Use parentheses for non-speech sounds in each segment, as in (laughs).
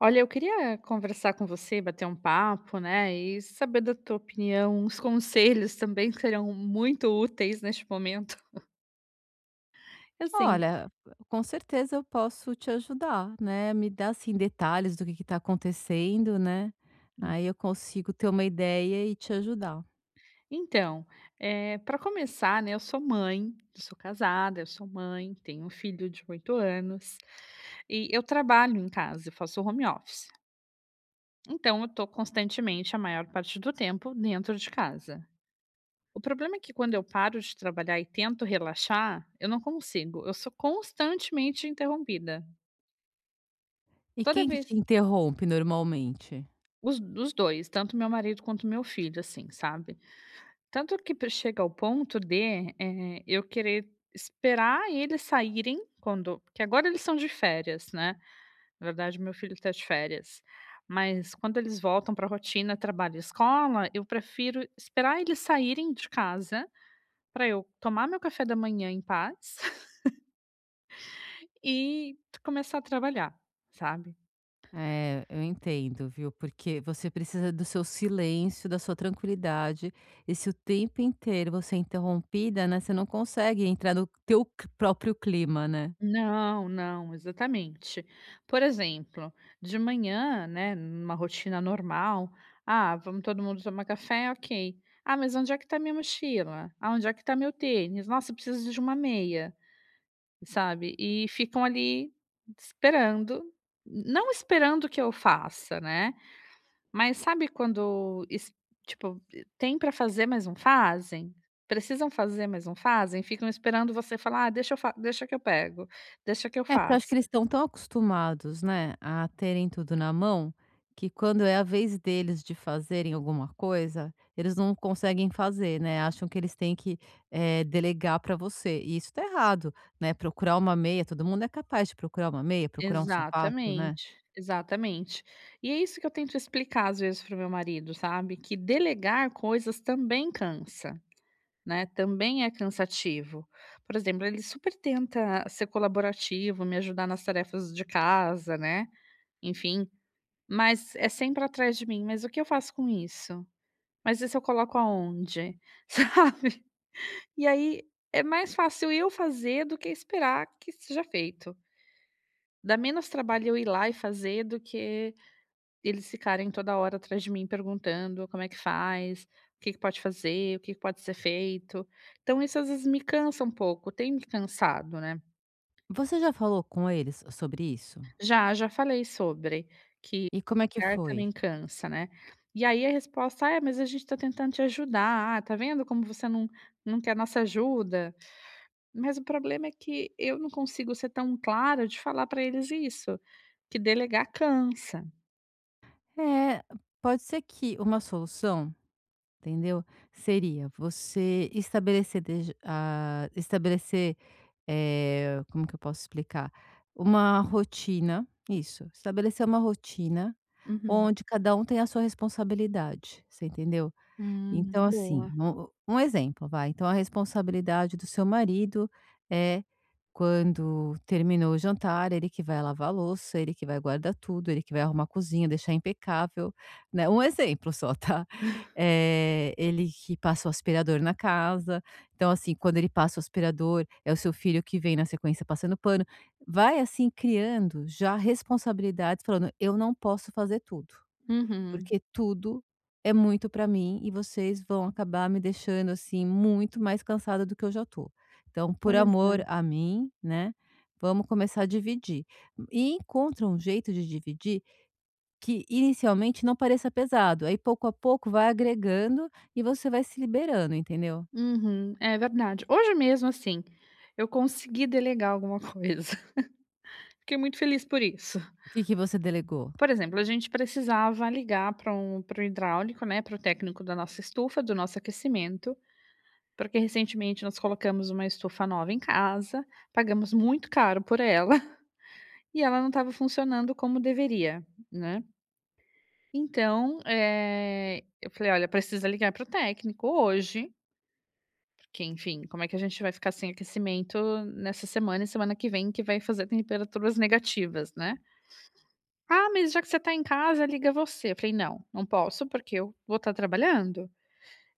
Olha, eu queria conversar com você, bater um papo, né, e saber da tua opinião, uns conselhos também que serão muito úteis neste momento. (laughs) Assim, Olha, com certeza eu posso te ajudar, né, me dá, assim, detalhes do que está acontecendo, né, hum, aí eu consigo ter uma ideia e te ajudar. então, para começar, né, eu sou casada, eu sou mãe, tenho um filho de 8 anos, e eu trabalho em casa, eu faço home office. Então eu estou constantemente, a maior parte do tempo, dentro de casa. O problema é que quando eu paro de trabalhar e tento relaxar, eu não consigo. Eu sou constantemente interrompida. E Toda quem que te vez. interrompe normalmente? Os dois, tanto meu marido quanto meu filho, assim, sabe? Tanto que chega ao ponto de eu querer esperar eles saírem quando. Porque agora eles são de férias, né? Na verdade, meu filho está de férias. Mas quando eles voltam para a rotina, trabalho e escola, eu prefiro esperar eles saírem de casa para eu tomar meu café da manhã em paz e começar a trabalhar, sabe. É, eu entendo, viu, porque você precisa do seu silêncio, da sua tranquilidade, e se o tempo inteiro você é interrompida, né, você não consegue entrar no teu c próprio clima, né. Não, não, exatamente. Por exemplo, de manhã, né, numa rotina normal: "Ah, vamos todo mundo tomar café, ok. Ah, mas onde é que tá minha mochila? Ah, onde é que tá meu tênis? Nossa, eu preciso de uma meia", sabe. E ficam ali esperando, não esperando que eu faça, né. Mas sabe quando es tipo, tem pra fazer, mas não fazem? Precisam fazer, mas não fazem? Ficam esperando você falar: "Ah, deixa que eu pego, deixa que eu É, porque eu acho faço". que eles estão tão acostumados, né, a terem tudo na mão, que quando é a vez deles de fazerem alguma coisa, eles não conseguem fazer, né, acham que eles têm que, delegar para você, e isso tá errado, né, procurar uma meia, todo mundo é capaz de procurar uma meia, procurar um sapato, né. Exatamente, exatamente. E é isso que eu tento explicar, às vezes, para o meu marido, sabe, que delegar coisas também cansa, né, também é cansativo. Por exemplo, ele super tenta ser colaborativo, me ajudar nas tarefas de casa, né, enfim, mas é sempre atrás de mim, mas o que eu faço com isso? Mas isso eu coloco aonde? (laughs) Sabe? E aí é mais fácil eu fazer do que esperar que seja feito. Dá menos trabalho eu ir lá e fazer do que eles ficarem toda hora atrás de mim perguntando como é que faz, o que que pode fazer, o que que pode ser feito. Então isso às vezes me cansa um pouco, tem me cansado, né. Você já falou com eles sobre isso? Já falei sobre que E como é que lugar foi? também cansa, né. E aí a resposta: "Ah, é, mas a gente está tentando te ajudar. Ah, tá vendo como você não quer nossa ajuda?". Mas o problema é que eu não consigo ser tão clara de falar para eles isso, que delegar cansa. É, pode ser que uma solução. Entendeu? Seria você estabelecer estabelecer, como que eu posso explicar? Uma rotina, isso, estabelecer uma rotina Uhum. onde cada um tem a sua responsabilidade, você entendeu? Então, assim, Boa. um exemplo, vai. Então, a responsabilidade do seu marido é quando terminou o jantar, ele que vai lavar a louça, ele que vai guardar tudo, ele que vai arrumar a cozinha, deixar impecável, né. Um exemplo só, (laughs) tá. Ele que passa o aspirador na casa. Então, assim, quando ele passa o aspirador, é o seu filho que vem na sequência passando pano. Vai, assim, criando já responsabilidades, falando: "Eu não posso fazer tudo", Uhum. porque tudo é muito para mim e vocês vão acabar me deixando, assim, muito mais cansada do que eu já tô. Então, por Pois é. amor a mim, né, vamos começar a dividir. E encontra um jeito de dividir que inicialmente não pareça pesado, aí pouco a pouco vai agregando e você vai se liberando, entendeu? Uhum. É verdade. Hoje mesmo, assim, eu consegui delegar alguma coisa. (laughs) Fiquei muito feliz por isso. O que que você delegou? Por exemplo, a gente precisava ligar para o hidráulico, né, para o técnico da nossa estufa, do nosso aquecimento, porque recentemente nós colocamos uma estufa nova em casa, pagamos muito caro por ela (laughs) e ela não estava funcionando como deveria, né. Então, eu falei: "Olha, precisa ligar para o técnico hoje, porque, enfim, como é que a gente vai ficar sem aquecimento nessa semana e semana que vem que vai fazer temperaturas negativas, né". "Ah, mas já que você está em casa, liga você". Eu falei: "Não, não posso, porque eu vou estar trabalhando,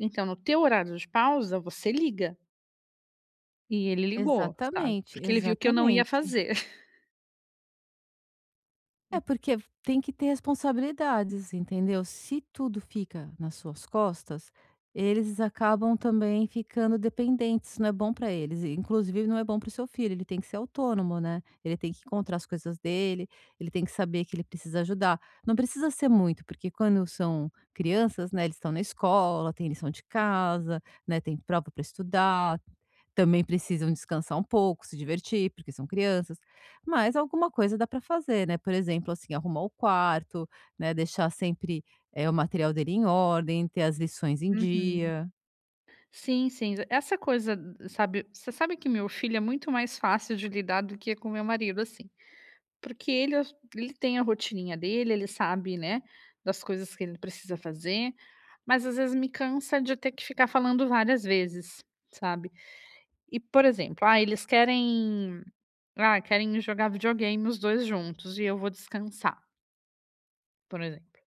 então no teu horário de pausa, você liga". E ele ligou, sabe, Exatamente, porque ele viu que eu não ia exatamente. fazer. É (laughs) porque tem que ter responsabilidades, entendeu? Se tudo fica nas suas costas, eles acabam também ficando dependentes, não é bom para eles. E, inclusive, não é bom para o seu filho, ele tem que ser autônomo, né? Ele tem que encontrar as coisas dele, ele tem que saber que ele precisa ajudar. Não precisa ser muito, porque quando são crianças, né, eles estão na escola, tem lição de casa, né, tem prova para estudar, também precisam descansar um pouco, se divertir, porque são crianças. Mas alguma coisa dá para fazer, né, por exemplo, assim, arrumar o quarto, né, deixar sempre, o material dele em ordem, ter as lições em Uhum. dia. Sim, sim. Essa coisa, você sabe que meu filho é muito mais fácil de lidar do que com meu marido, assim, porque ele tem a rotininha dele, ele sabe, né, das coisas que ele precisa fazer, mas às vezes me cansa de ter que ficar falando várias vezes, sabe. E, por exemplo, ah, eles querem ah, querem jogar videogame os 2 juntos e eu vou descansar, por exemplo.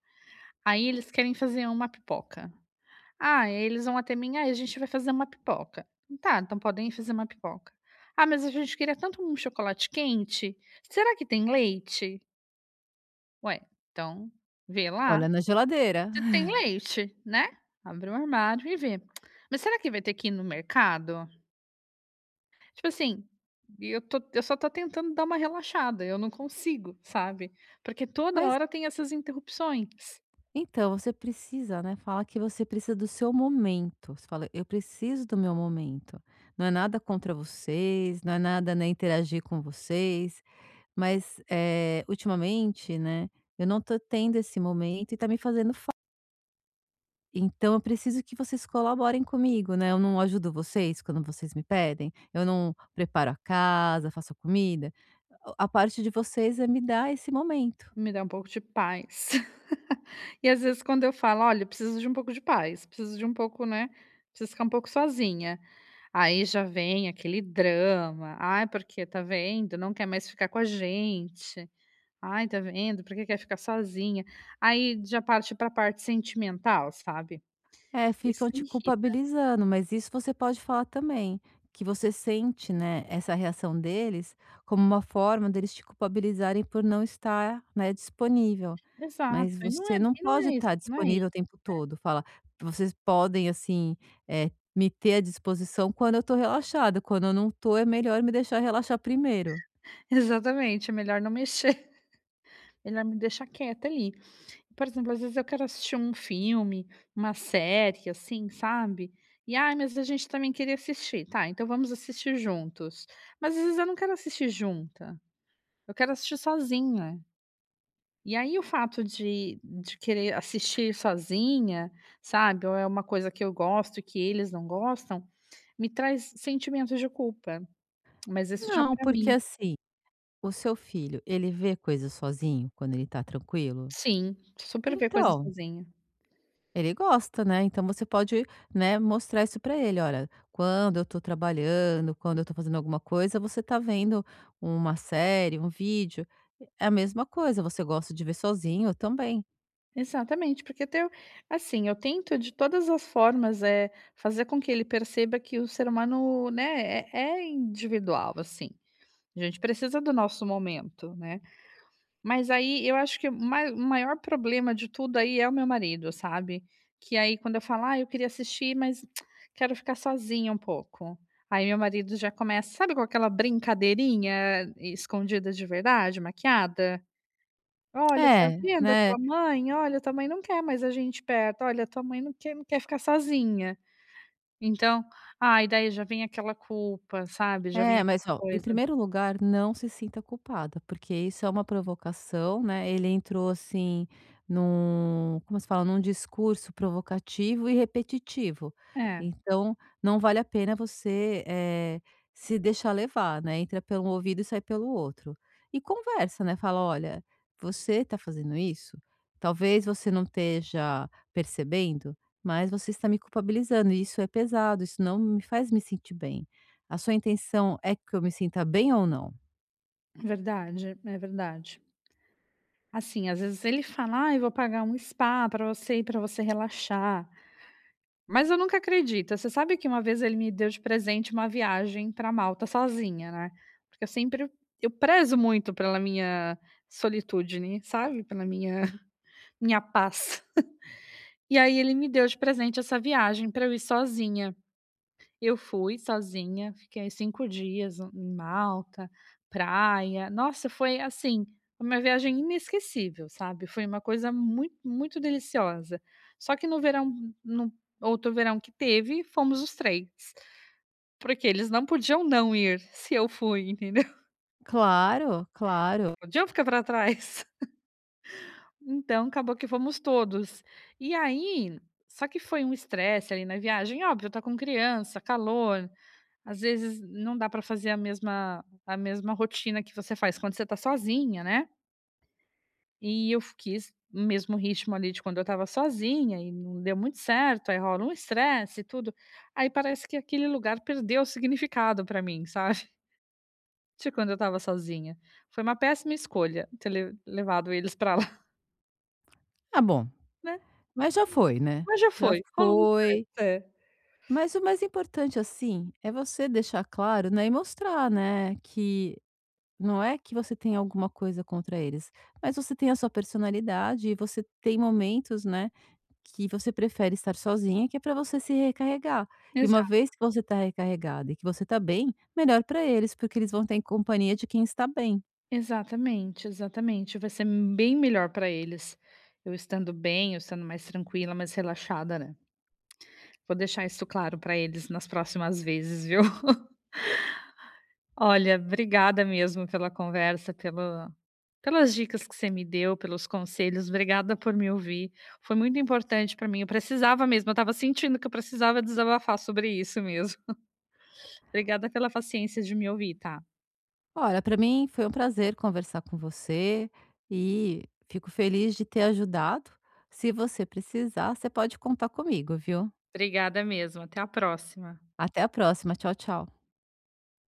Aí eles querem fazer uma pipoca. Ah, eles vão até mim: "Ai, a gente vai fazer uma pipoca". "Tá, então podem fazer uma pipoca". "Ah, mas a gente queria tanto um chocolate quente. Será que tem leite?". "Ué, então vê lá Olha na geladeira. se tem (laughs) leite, né. Abre o armário e vê". "Mas será que vai ter que ir no mercado?". Tipo assim, e eu só tô tentando dar uma relaxada, eu não consigo, sabe. Porque toda Mas hora tem essas interrupções, então, você precisa, né, fala que você precisa do seu momento. Você fala: "Eu preciso do meu momento". Não é nada contra vocês, não é nada, né, interagir com vocês, mas, ultimamente, né, eu não tô tendo esse momento e tá me fazendo. Então eu preciso que vocês colaborem comigo, né, eu não ajudo vocês quando vocês me pedem, eu não preparo a casa, faço a comida, a parte de vocês é me dar esse momento. me dá um pouco de paz. (laughs) E às vezes quando eu falo: "Olha, eu preciso de um pouco de paz, preciso de um pouco, né, preciso ficar um pouco sozinha". Aí já vem aquele drama: "Ai, porque tá vendo, não quer mais ficar com a gente. Ai, tá vendo, por que quer ficar sozinha". Aí já parte pra parte sentimental, sabe. É, Isso ficam te me irrita. culpabilizando, mas isso você pode falar também, que você sente, né, essa reação deles como uma forma deles te culpabilizarem por não estar, né, disponível. Exato, Mas você não e não pode é isso, estar não é i disponível o tempo todo. Fala, vocês podem, assim, me ter à disposição quando eu estou relaxada, quando eu não estou, é melhor me deixar relaxar primeiro. (laughs) Exatamente, é melhor não mexer, (laughs) melhor me deixar quieta ali. Por exemplo, às vezes eu quero assistir um filme, uma série, assim, sabe. E, "Ai, mas a gente também queria assistir", "Tá, então vamos assistir juntos". Mas às vezes eu não quero assistir junta, eu quero assistir sozinha. E aí o fato de querer assistir sozinha, sabe, ou é uma coisa que eu gosto e que eles não gostam, me traz sentimentos de culpa, mas isso já Não, pra porque mim. assim, o seu filho, ele vê coisas sozinho quando ele está tranquilo? Sim, super ver coisa Então, sozinha. ele gosta, né, então você pode, né, mostrar isso para ele: "Olha, quando eu tô trabalhando, quando eu tô fazendo alguma coisa, você tá vendo uma série, um vídeo, é a mesma coisa, você gosta de ver sozinho, também". Exatamente, porque teu assim, eu tento de todas as formas, é fazer com que ele perceba que o ser humano, né, é individual, assim. A gente precisa do nosso momento, né. Mas aí eu acho que o mai o maior problema de tudo aí é o meu marido, sabe. Que aí quando eu falo: "Ah, eu queria assistir, mas (tsk) quero ficar sozinha um pouco". Aí meu marido já começa sabe com aquela brincadeirinha escondida de verdade, maquiada? Olha, tá É, vendo a tua né. mãe? Olha, tua mãe não quer mais a gente perto. Olha, tua mãe não quer ficar sozinha. Então, ai, daí já vem aquela culpa, sabe, já vem É, mas aquela ó, em coisa. primeiro lugar, não se sinta culpada, porque isso é uma provocação, né, ele entrou assim num, como se fala? Num discurso provocativo e repetitivo. É, Então, não vale a pena você, se deixar levar, né, entra pelo ouvido e sai pelo outro. E conversa, né, fala: "Olha, você está fazendo isso? Talvez você não esteja percebendo, mas você está me culpabilizando e isso é pesado, isso não me faz me sentir bem". A sua intenção é que eu me sinta bem ou não? verdade, é verdade. Assim, às vezes ele fala: ah, "Eu vou pagar um spa pra você ir, pra você relaxar", mas eu nunca acredito. Você sabe que uma vez ele me deu de presente uma viagem pra Malta sozinha, né, porque eu prezo muito pela minha solitude, né, sabe, pela minha (laughs) minha paz. E aí ele me deu de presente essa viagem para eu ir sozinha. Eu fui sozinha, fiquei 5 dias em Malta, praia. Nossa, foi assim, uma viagem inesquecível, sabe. Foi uma coisa muito, muito deliciosa. Só que no outro verão que teve, fomos os 3, porque eles não podiam não ir se eu fui, entendeu? (laughs) Claro, Não claro. podiam ficar para trás. Então, acabou que fomos todos. E aí só que foi um estresse ali na viagem, óbvio, tá com criança, calor, às vezes não dá pra fazer a mesma rotina que você faz quando você tá sozinha, né. E eu f quis o mesmo ritmo ali de quando eu estava sozinha e não deu muito certo, aí rola um estresse e tudo. Aí parece que aquele lugar perdeu o significado pra mim, sabe, (laughs) de quando eu estava sozinha. Foi uma péssima escolha ter le levado eles pra lá, (laughs) Ah, bom, né. mas já foi, né, Mas já já foi, rolou um foi. estresse. É. Mas o mais importante, assim, é você deixar claro, né, e mostrar, né, que não é que você tem alguma coisa contra eles, mas você tem a sua personalidade e você tem momentos, né, que você prefere estar sozinha, que é para você se recarregar. E Exa uma vez que você está recarregada e que você está bem, melhor para eles, porque eles vão ter companhia de quem está bem. Exatamente, exatamente. Vai ser bem melhor para eles, eu estando bem, eu estando mais tranquila, mais relaxada, né. Vou deixar isso claro para eles nas próximas vezes, viu. (laughs) Olha, obrigada mesmo pela conversa, pelo pelas dicas que você me deu, pelos conselhos, obrigada por me ouvir. Foi muito importante para mim, eu precisava mesmo, eu estava sentindo que eu precisava desabafar sobre isso mesmo. (laughs) Obrigada pela paciência de me ouvir, tá. Olha, para mim foi um prazer conversar com você e fico feliz de ter ajudado. Se você precisar, você pode contar comigo, viu? Obrigada mesmo, até a próxima. Até a próxima. Tchau, tchau.